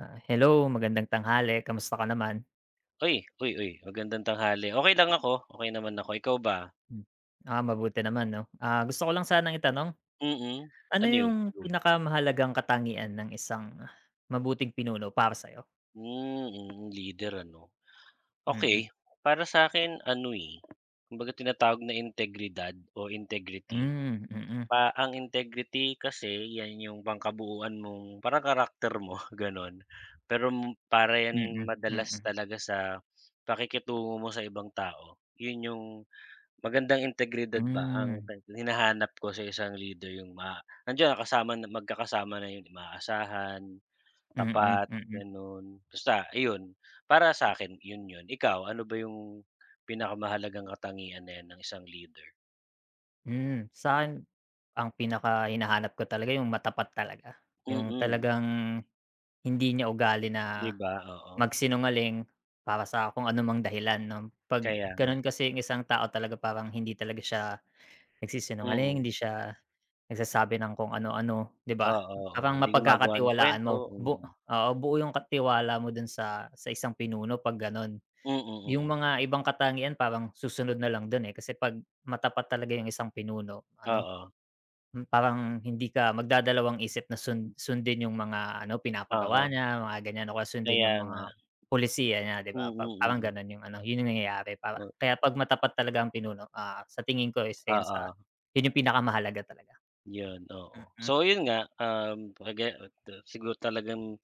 Hello, magandang tanghali, kamusta ka naman? Uy, uy, magandang tanghali. Okay lang ako, okay naman ako. Ikaw ba? Hmm. Mabuti naman 'no. Gusto ko lang sanang itanong, Mm, ano Ano yun? yung Globe. pinakamahalagang katangian ng isang mabuting pinuno para sa'yo? Leader ano. Okay, Mm-mm. para sa'kin ano, eh, kumbaga tinatawag na integridad o integrity. Mm. Pa ang integrity kasi yan yung pangkabuuan mong parang karakter mo, gano'n. Pero para Hmm, yan mm. Mm, madalas mm. talaga sa pakikitungo mo sa ibang tao. Yun yung magandang integridad ba ang Hmm. Hinahanap ko sa isang leader, yung nandiyan, kasama, magkakasama na yun, maasahan, Mm, tapat, mm. gano'n. Basta iyon, para sa akin yun yun. Ikaw, ano ba yung pinakamahalagang katangian na yan ng isang leader? Sa'kin ang pinaka hinahanap ko talaga yung matapat talaga, yung Mm, talagang hindi niya ugali 'di na ba? Oo, magsinungaling para sa kung anumang dahilan 'no. 'Pag kaya nga. gano'n kasi yung isang tao talaga parang hindi talaga siya nagsisinungaling, Mm. hindi siya nagsasabi ng kung ano-ano, 'di ba? Oo, oo, Parang hindi gumagawa ng mapagkakatiwalaan kuwento, mo, mm. oo, buo yung ka mo dun sa isang pinuno 'pag gano'n. Mm, Yung mm, mm. mga ibang katangian parang susunod na lang dun, eh, kasi 'pag matapat talaga yung isang pinuno, ano. Oo. Parang hindi ka magdadalawang isip na Mm, sundin yung mga ano, pinapagawa oo, niya, mga ganyan o kaya sundin kaya yung nga. mga pulisiya niya, 'di Mm, ba? Parang mm, gano'n yung ano, yun yung nangyayari para mm. kaya 'pag matapat talaga ang pinuno, sa tingin ko isa O, yun sa oo. yun yung pinakamahalaga talaga. Yun, oo. Mm, So yun nga, kaga ta siguro talagang,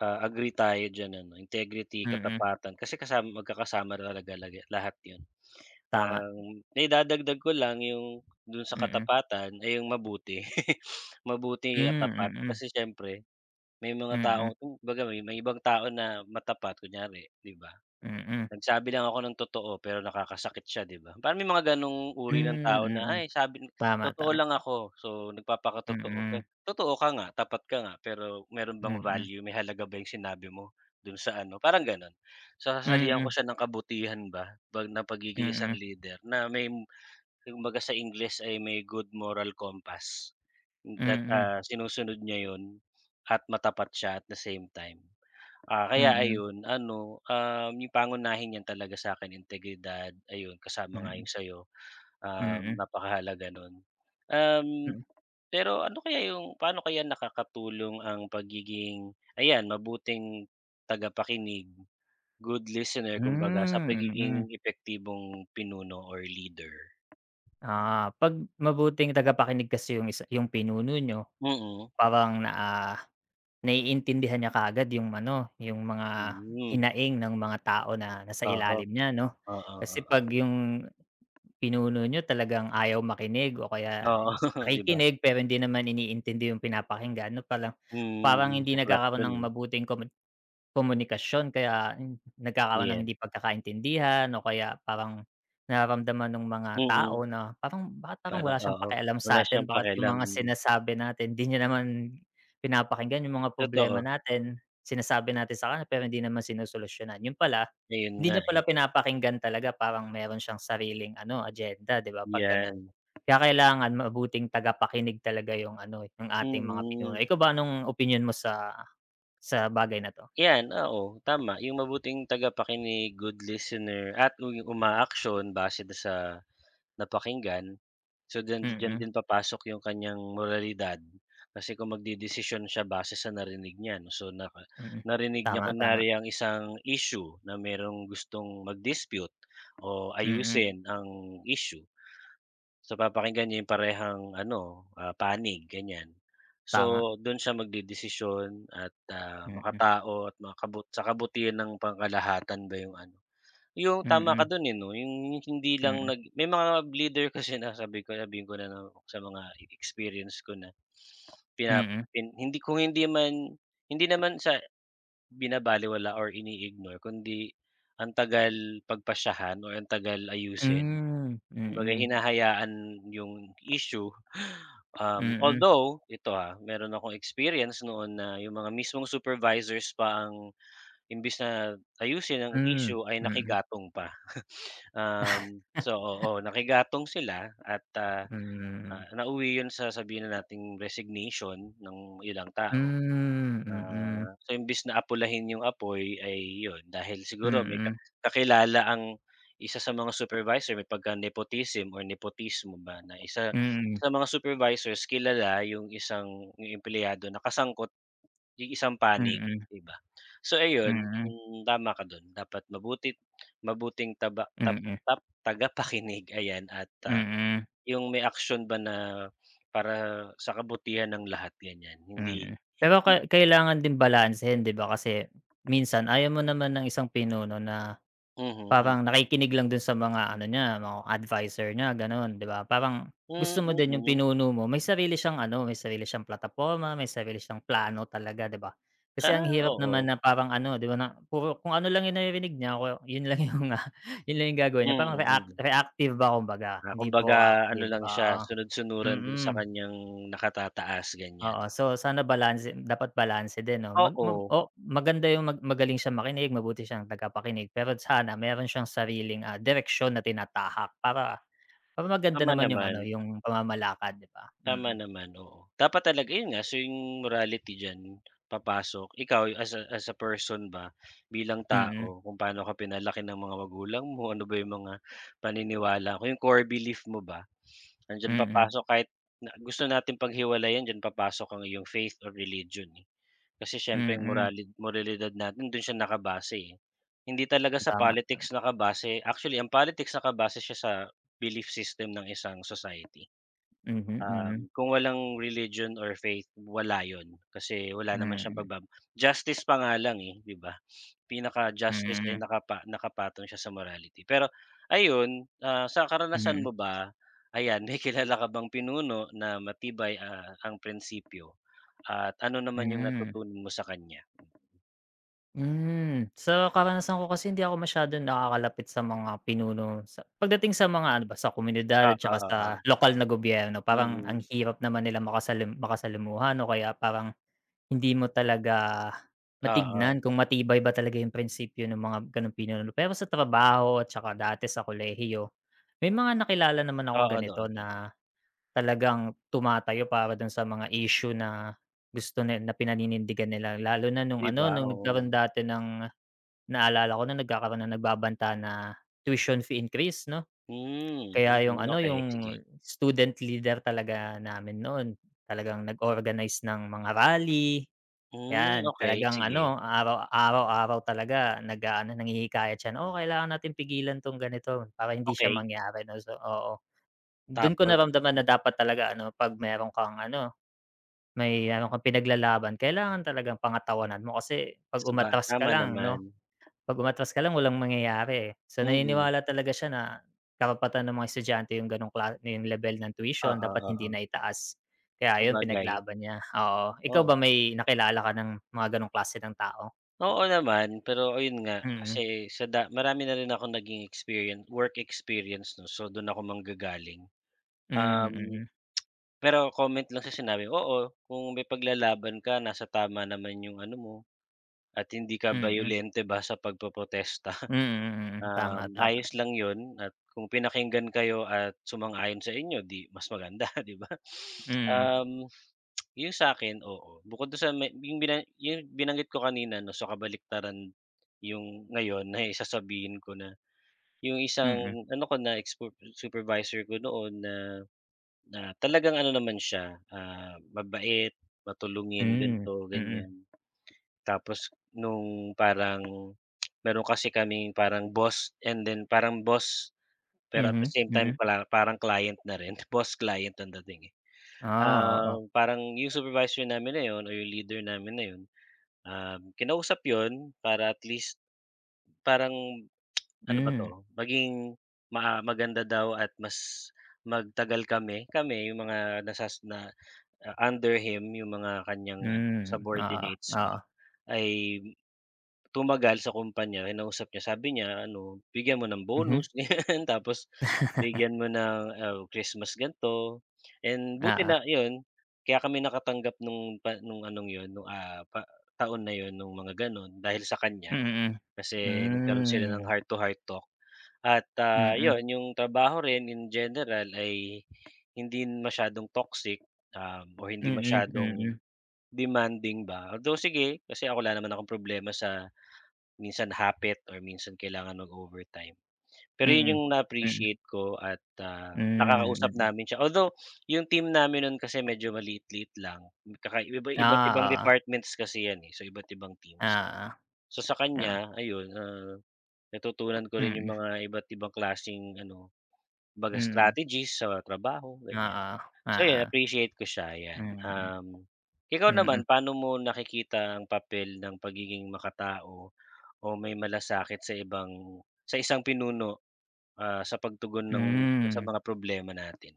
ah, agree tayo diyan ano, integrity, mm, katapatan kasi kasama, magkakasama talaga, lahat yun. tama. Ang naidadagdag ko lang yung dun sa Mm. katapatan ay yung mabuti. Mabuti at tapat Hmm, mm, kasi siyempre may mga mm, tao, kumbaga, may ibang tao na matapat kunyari, 'di ba? mm. Nagsabi lang ako ng totoo pero nakakasakit siya, 'di ba? Parang may mga gano'ng uri ng Hmm, tao na, mm. "Ay, sabi Tama, totoo tama. lang ako," so nagpapakatotoo, pero Mm, totoo ka nga, tapat ka nga, pero meron mm, bang mm, value, may halaga ba yung sinabi mo dun sa ano, parang gano'n. So sasalihan ko mm, siya ng kabutihan ba 'pag pagiging isang mm, leader na may kumbaga sa English ay may good moral compass. mm, That, mm, ah, sinusunod niya 'yun at matapat siya at the same time. Ah, kaya mm, ayun ano, yung pangunahin niyan talaga sa akin integridad, ayun, kasama nga mm, yung sayo, um, mm, napakahalaga nun. Um, pero ano kaya yung paano kaya nakakatulong ang pagiging ayan, mabuting tagapakinig, good listener, kumbaga sa hmm, mm. pagiging epektibong pinuno or leader? 'Pag mabuting tagapakinig kasi yung isa yung pinuno niyo, Mm-mm. parang naiintindihan niya kaagad yung ano, yung mga Mm. hinaing ng mga tao na nasa Hmm, oo, ilalim niya 'no. oo, Kasi 'pag oo. yung pinuno niyo talagang ayaw makinig o kaya Oo, 'di ba? nakikinig pero hindi naman iniintindi yung pinapakinggan 'no, parang parang Mm, hindi saklap nagkakaroon dun, ng eh, mabuting komunikasyon kaya nagkakaroon ng yan. hindi pagkakaintindihan o kaya parang nararamdaman ng mga Mm. tao na parang bakit parang wala Parang siyang oo, pakialam wala sa atin siyang bakit yung pakialam, mga mm. sinasabi natin di niya naman pinapakinggan, yung mga Totoo, problema natin sinasabi natin sa kanya pero hindi naman sinusolusyunan. Yun pala, ayun nga, hindi niya eh, pala pinapakinggan talaga parang meron siyang sariling ano agenda, 'di ba, 'pag gano'n. 'yan. Kaya kailangan mabuting tagapakinig talaga yung ano, eh, yung ating mga pinuno. Mm, Ikaw ba anong opinyon mo sa bagay na 'to? 'yan, oo, tama. Yung mabuting tagapakinig, good listener, at yung umaaksyon base do'n sa napakinggan. So diyan diyan Mm. din papasok yung kanyang moralidad. Kasi kung magdedesisyon siya base sa narinig niya 'no, so Mm. narinig niya Tama, tama. kunwari ang isang issue na merong gustong mag-dispute o Mm, ayusin ang issue. So papakinggan niya yung parehang ano, ah, panig, ganyan. So tama. dun siya magdedesisyon at, ah, Mm, makatao at sa kabutihan ng pangkalahatan ba yung ano, yung tama ka mm, dun, eh, 'no. Yung hindi lang mm, may mga leader kasi na sabihin ko na na sa mga experience ko na pina mm. pin hindi, kung hindi man hindi naman sa binabalewala or ini-ignore, kundi ang tagal pagpasyahan o ang tagal ayusin. Hmm, Kumbaga mm, hinahayaan yung issue, um, mm, although ito, ha, meron akong experience noon na yung mga mismong supervisors pa ang imbes na ayusin ang hmm, issue ay mm. nakigatong pa. Um, so oo, nakigatong sila at, ah, Hmm, ah, nauwi yun sa sabihin na nating resignation ng ilang tao. hmm, mm, Ah, so imbis na apulahin yung apoy, ay yun dahil siguro may mm, kakilala ang isa sa mga supervisor, may pagka nepotism or nepotismo ba, na isa mm, sa mga supervisors kilala yung yung empleyado na kasangkot yung isang panig, mm, 'di ba? So ayun, mm, hmm, tama ka dun, dapat mabuti, mabuting taba tab mm, tap tagapakinig ayan, at, ah, mm, yung may action ba na para sa kabutihan ng lahat, ganyan, hindi. mm. Pero kailangan din balansehin 'di ba, kasi minsan ayaw mo naman ng isang pinuno na Mhm, mhm. parang nakikinig lang dun sa mga ano niya, mga adviser niya gano'n, 'di ba? Parang Hmm, gusto mo din yung mm. pinuno mo may sarili siyang ano, may sarili siyang plataporma, may sarili siyang plano talaga, 'di ba? Kasi ang Ah, hirap oo. naman na parang ano, 'di ba, na puro kung ano lang yung naririnig niya ko yun lang yung, yun lang yung gagawin Mm, niya parang mm. reactive ba kumbaga, Ah, hindi kumbaga ano proactive, lang siya, oo. sunod-sunuran din sa Mm. kaniyang nakatataas, ganiyan. Oo, so sana balanse dapat balanse din 'no, mag mag Oo, o maganda yung magaling siyang makinig, mabuti siyang tagapakinig, pero sana meron siyang sariling, direksyon na tinatahak para para maganda tama naman yung ano, naman, yung pamamalakad 'di ba? tama Mm, naman, oo. Dapat talaga 'yun nga, so yung morality diyan papasok. Ikaw as a person ba, bilang tao, mm, kung paano ka pinalaki ng mga magulang mo, ano ba yung mga paniniwala, kung yung core belief mo ba, nandiyan mm, papasok kahit na gusto nating paghiwalayan, diyan papasok ang iyong faith or religion, eh. Kasi siyempre yung mm, moralidad natin dun siya nakabase, eh. Hindi talaga sa tama, tama. politics nakabase, actually ang politics nakabase siya sa belief system ng isang society. Mhm, mhm, Um, kung walang religion or faith, wala yun. Kasi wala naman siyang mm, justice pa nga lang, eh, 'di ba? Pinaka-justice ay mm, nakapatong siya sa morality. Pero ayun, ah, sa karanasan mm, mo ba, ayan, may kilala ka bang pinuno na matibay, ah, ang prinsipyo, at ano naman yung hmm. natutunan mo sa kanya? Sa karanasan ko kasi hindi ako masyadong nakakalapit sa mga pinuno sa pagdating sa mga ano ba, sa komunidad Ah, at saka ah, ah, sa oo. lokal na gobyerno parang ang Mm. hirap naman nila makasalimuhan o kaya parang hindi mo talaga Ah, ah. matignan kung matibay ba talaga yung prinsipyo ng mga gano'ng pinuno. Pero sa trabaho at saka dati sa kolehiyo, may mga nakilala naman akong Oo, ganito doon. na talagang tumatayo para dun sa mga issue na gusto ni na pinaninindigan nila lalo na nung 'Di ano, ba? nung Oo. nagkaroon dati ng. Naalala ko na nagkakaroon ng nagbabanta na tuition fee increase 'no, Hmm, kaya yung mm, ano, okay, sige. yung student leader talaga namin noon, talagang nag-organize ng mga rally, Hmm, 'yan. okay, Talagang sige, ano, araw araw-araw talaga nag-aano, nanghihikayat siya na, "Oh, kailangan natin pigilan 'tong ganito para hindi siya okay. mangyari," 'no. So oo, do'n ko Tapos naramdaman na dapat talaga ano, 'pag meron kang ano, meron kang pinaglalaban, kailangan talagang pangatawanan mo kasi 'pag umatras ka tama lang naman. 'no. 'Pag umatras ka lang walang mangyayari, eh. So, Mm, naniniwala talaga siya na karapatan ng mga estudyante yung gano'ng yung lebel ng tuition oo, dapat hindi oo. na itaas. Kaya ayun Sabagay, pinaglaban niya, oo. Ikaw oo. ba may nakilala ka ng mga gano'ng klase ng tao? Oo naman, pero ayun nga Mm, kasi sa marami na rin akong naging experience, work experience 'no, so dun ako manggagaling. mm, Um, mm, pero comment lang sa sinabi mo, oo, kung may paglalaban ka, nasa tama naman yung ano mo, at hindi ka mm, bayolente ba sa pagpoprotesta. mm, mm, tama, Um, tama. ayos lang yun, at kung pinakinggan kayo at sumang-ayon sa inyo, 'di mas maganda, 'di ba? Mm, Um, yung sa'kin, oo. Bukod dun sa yung yung binanggit ko kanina 'no, so kabaliktaran yung ngayon na sasabihin ko na yung isang mm, ano ko na expo supervisor ko noon na na talagang ano naman siya, ah, mabait, matulungin, hmm, ganito, mm, ganyan. Tapos nung parang meron kasi kaming parang boss, and then parang boss, pero at the mhm, same time mhm. pala parang client na rin, boss client ang dating, eh. Ah, Ah, oo. parang yung supervisor namin na yun, o yung leader namin na yun, um, kinausap yun para at least parang ano ba 'to, Hmm, maging maganda daw at mas magtagal kami, kami yung mga nasas na under him, yung mga kanyang ano, hmm, oo, subordinates ba, oo, ay tumagal sa kumpanya. Kinausap niya, sabi niya ano, "Bigyan mo ng mhm. bonus," ganyan, tapos bigyan mo ng, ah, Christmas gan'to, and buti Oo, na yun, kaya kami nakatanggap nung nung anong yun, nung, ah, taon na yun nung mga gano'n dahil sa kanya. mm, hmm, Kasi nagkaroon sila ng mm, heart to heart talk, at, ah, hmm. yun yung trabaho rin in general ay hindi masyadong toxic, um, o Mm, hindi mm, masyadong mm. demanding ba. Although sige, kasi ako wala naman akong problema sa minsan hapit or minsan kailangan mag-overtime. Pero yun Mm, yung mm, na-appreciate ko at, ah, hmm, nakakausap mm. namin siya. Although yung team namin nun kasi medyo maliit-liit lang, iba iba't ibang Oo, departments kasi yan, eh, so iba't ibang teams. oo, So sa oo, kanya ayun, ah, natutunan ko rin yung mm, mga iba't ibang klaseng ano, kumbaga mm, strategies sa trabaho, ganyan. oo, So yun, oo, appreciate ko siya, 'yan. mm, Um, ikaw mm, naman, paano mo nakikita ang papel ng pagiging makatao o may malasakit sa sa isang pinuno, ah, sa pagtugon ng sa hmm. mga problema natin?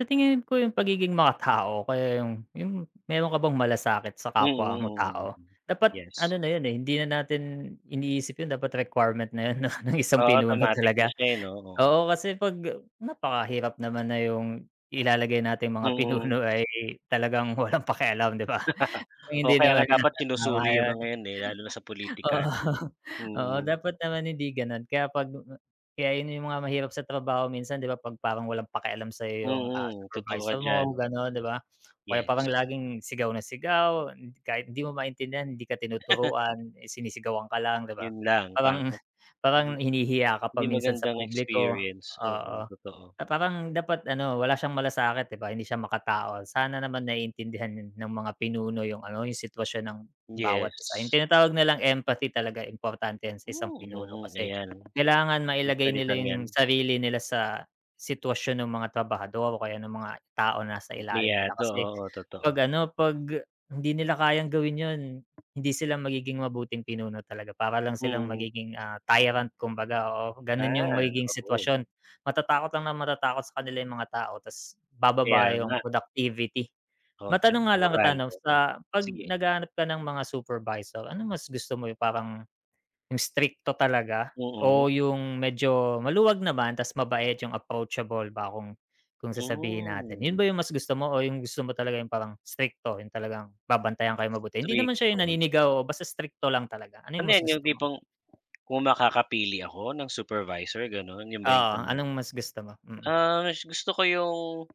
Sa tingin ko yung pagiging makatao o kaya yung meron ka bang malasakit sa Mm, kapwa mo mm, mm, tao, mm. dapat Yes. ano na yun, eh, hindi na natin iniisip yun dapat requirement na yun 'no ng isang Oo, pinuno automatic na talaga. siya, eh, 'no, oo. Oo, kasi 'pag napakahirap naman na yung ilalagay nating mga Mm. pinuno ay talagang walang pakialam, 'di ba? Kung Oo, hindi kaya nga naman dapat tama sinusuri yung yun, mga 'yan, eh, lalo na sa politika oo. 'no? Oo, Mm. dapat naman hindi gano'n kaya 'pag kaya yun yung mga mahirap sa trabaho minsan 'di ba 'pag parang walang pakialam sa'yo Mm, yung, mm, mm, totoo ka supervisor mo diyan. gano'n 'di ba? O kaya parang Yes, laging sigaw na sigaw kahit hindi mo maintindihan hindi ka tinuturuan, eh, sinisigawan ka lang 'di ba? 'yun lang, pa, Parang parang hmm, hinihiya ka pa hindi minsan sa magandang publiko, experience, oo. oo, totoo. Parang dapat ano, wala siyang malasakit, 'di ba? Hindi siya makatao. Sana naman naiintindihan ng mga pinuno yung ano, yung sitwasyon ng bawat isa. Yung Yes, tinatawag nilang empathy talaga importante yan sa isang mm, pinuno mm, kasi ayan, kailangan yung mailagay nila salitang 'yan, yung sarili nila sa sitwasyon ng mga trabahador o kaya ng mga tao na nasa ilalim nila. empleyado, Kasi oo, 'pag totoo. ano, 'pag hindi nila kayang gawin yun, hindi sila magiging mabuting pinuno talaga. Para lang silang Mm, magiging, tyrant kumbaga, o ganun yung ah, magiging oo, sitwasyon. Matatakot lang na matatakot sa kanila yung mga tao ta's kaya bababa yung nga, productivity. oo, tsaka Matanong nga yung lang na moral, Tanong, sa oo. 'pag Sige, naghahanap ka ng mga supervisor, ano mas gusto mo, yung parang yung strikto talaga mm, o yung medyo maluwag naman ta's mabait, yung approachable ba kung sasabihin natin. Yun hmm, ba yung mas gusto mo o yung gusto mo talaga yung parang strikto, yung talagang babantayan kayo mabuti? Hindi naman siya yung strikto. naninigaw o basta strikto lang talaga. Ano yung Ano mas 'yan, yung gusto mo? tipong kung makakapili ako ng supervisor, gano'n, 'yun ba yung Oo, tanong mo? anong mas gusto mo? Mm. Ah, gusto ko yung,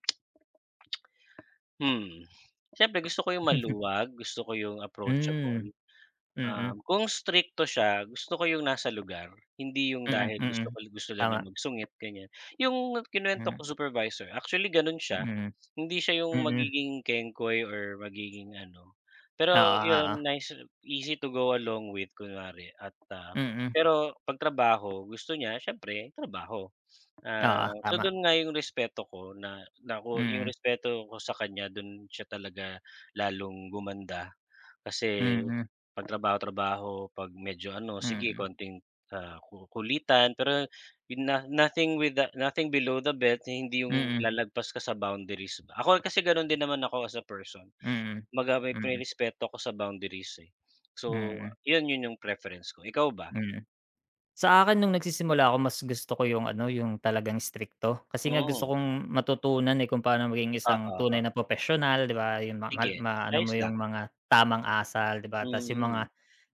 hmm, siyempre gusto ko yung maluwag, gusto ko yung Hmm, approachable. mm. Um, kung strikto siya, gusto ko yung nasa lugar, hindi yung mm, Mm, dahil mm. Gusto lang niya Tama, magsungit, ganyan. Yung kinuwento mm, ko supervisor, actually gano'n siya, mm, hindi siya yung mm. magiging kengkoy or magiging ano, pero Oo, oo. yun nice, easy to go along with kunwari at, ah, Mm, pero 'pag trabaho gusto niya, syempre trabaho. oo, Ah, so tama. do'n nga yung respeto ko na na ko yung Mm, respeto ko sa kanya, do'n siya talaga lalong gumanda. Kasi mm, pag trabaho-trabaho, pag medyo ano, sige mm, konting, ah, kulitan, pero yun na nothing below the belt, hindi yung mm, lalagpas ka sa boundaries. Ako kasi gano'n din naman ako as a person, mm, kumbaga may mm, nirerespeto ako sa boundaries, eh. So mm, yun yun yung preference ko, ikaw ba? mm. Sa akin nung nagsisimula ako mas gusto ko yung ano, yung talagang strikto. Kasi nga gusto Mm, kong matutunan, eh, kung paano maging oo, isang oo, tunay na propesyonal, 'di ba? Yung ma mal sige, maano mo ayos yung lang, mga tamang asal, 'di ba? Tas yung mm. mga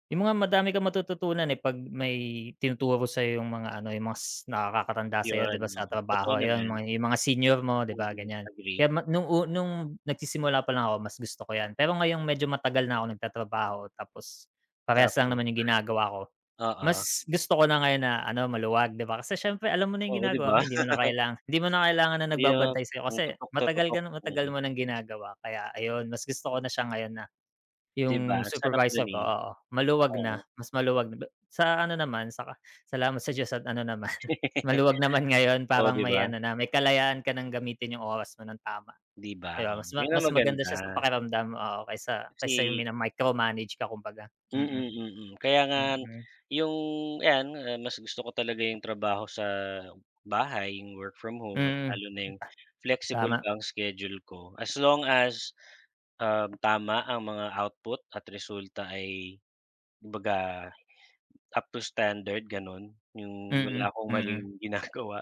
yung mga madami kang matututunan, eh, 'pag may tinuturo sa'yo yung mga ano, yung mga nakakatanda sa'yo 'di Yun, ba sa oo, totoo trabaho, yun naman, yung mga senior mo 'di ba mm, ganyan. agree. Kaya ma nung u nung nagsisimula pa lang ako mas gusto ko yan. Pero ngayong medyo matagal na ako nagtatrabaho tapos parehas lang Tapos naman yung ginagawa ko. oo, Mas gusto ko na ngayon na ano, maluwag 'di ba? Kasi siyempre alam mo na yung oo, 'di ginagawa ba? mo, eh, hindi mo na kailangan na Hindi na nagbabantay sa'yo ang kasi tutok matagal ka tutok, na matagal mm. mo ng ginagawa. Kaya ayun, mas gusto ko na siya ngayon na 'Di ba, yung ang sarap supervisor nun, ko, eh, oo, oo. Mas maluwag na. Sa ano naman, sa salamat sa Diyos at ano naman, maluwag naman ngayon Oh, parang 'di may ba? ano na, may kalayaan ka ng gamitin yung oras mo ng tama, 'Di ba, 'di ba? oh, yun ang Mas maganda maganda siya sa pakiramdam, oo, kaysa kaysa yung kasi mina-micromanage ka kumbaga. mm, Mm, mm. Kaya nga mm. yung ayan, ah, mas gusto ko talaga yung trabaho sa bahay, yung work from home, at Mm, lalo na yung flexible tama. ba ang schedule ko, as long as, um, tama ang mga output at resulta, ay kumbaga up to standard, ganun. Yung wala Mm, akong maling mm, ginagawa.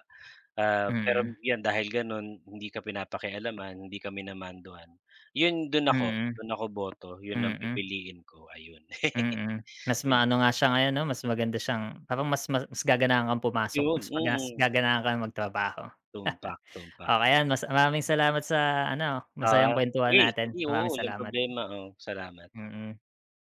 Ah, pero mm, 'yan dahil gano'n hindi ka pinapakialaman, hindi ka minamandohan. 'Yun, mm, dun ako boto, 'yun ang mm, pipiliin ko, ayun. mm. Mas 'Di, maano Nga siya ngayon 'no, mas maganda siyang parang mas mas gaganahan kang pumasok, 'yun, mas magas mm. gaganahan kang magtrabaho. Tumpak, tumpak. Oh, ayan mas maraming salamat sa ano, masayang Ah, kuwentuhan sige, natin. sige, oo, Maraming walang salamat, problema, oh, salamat. mm.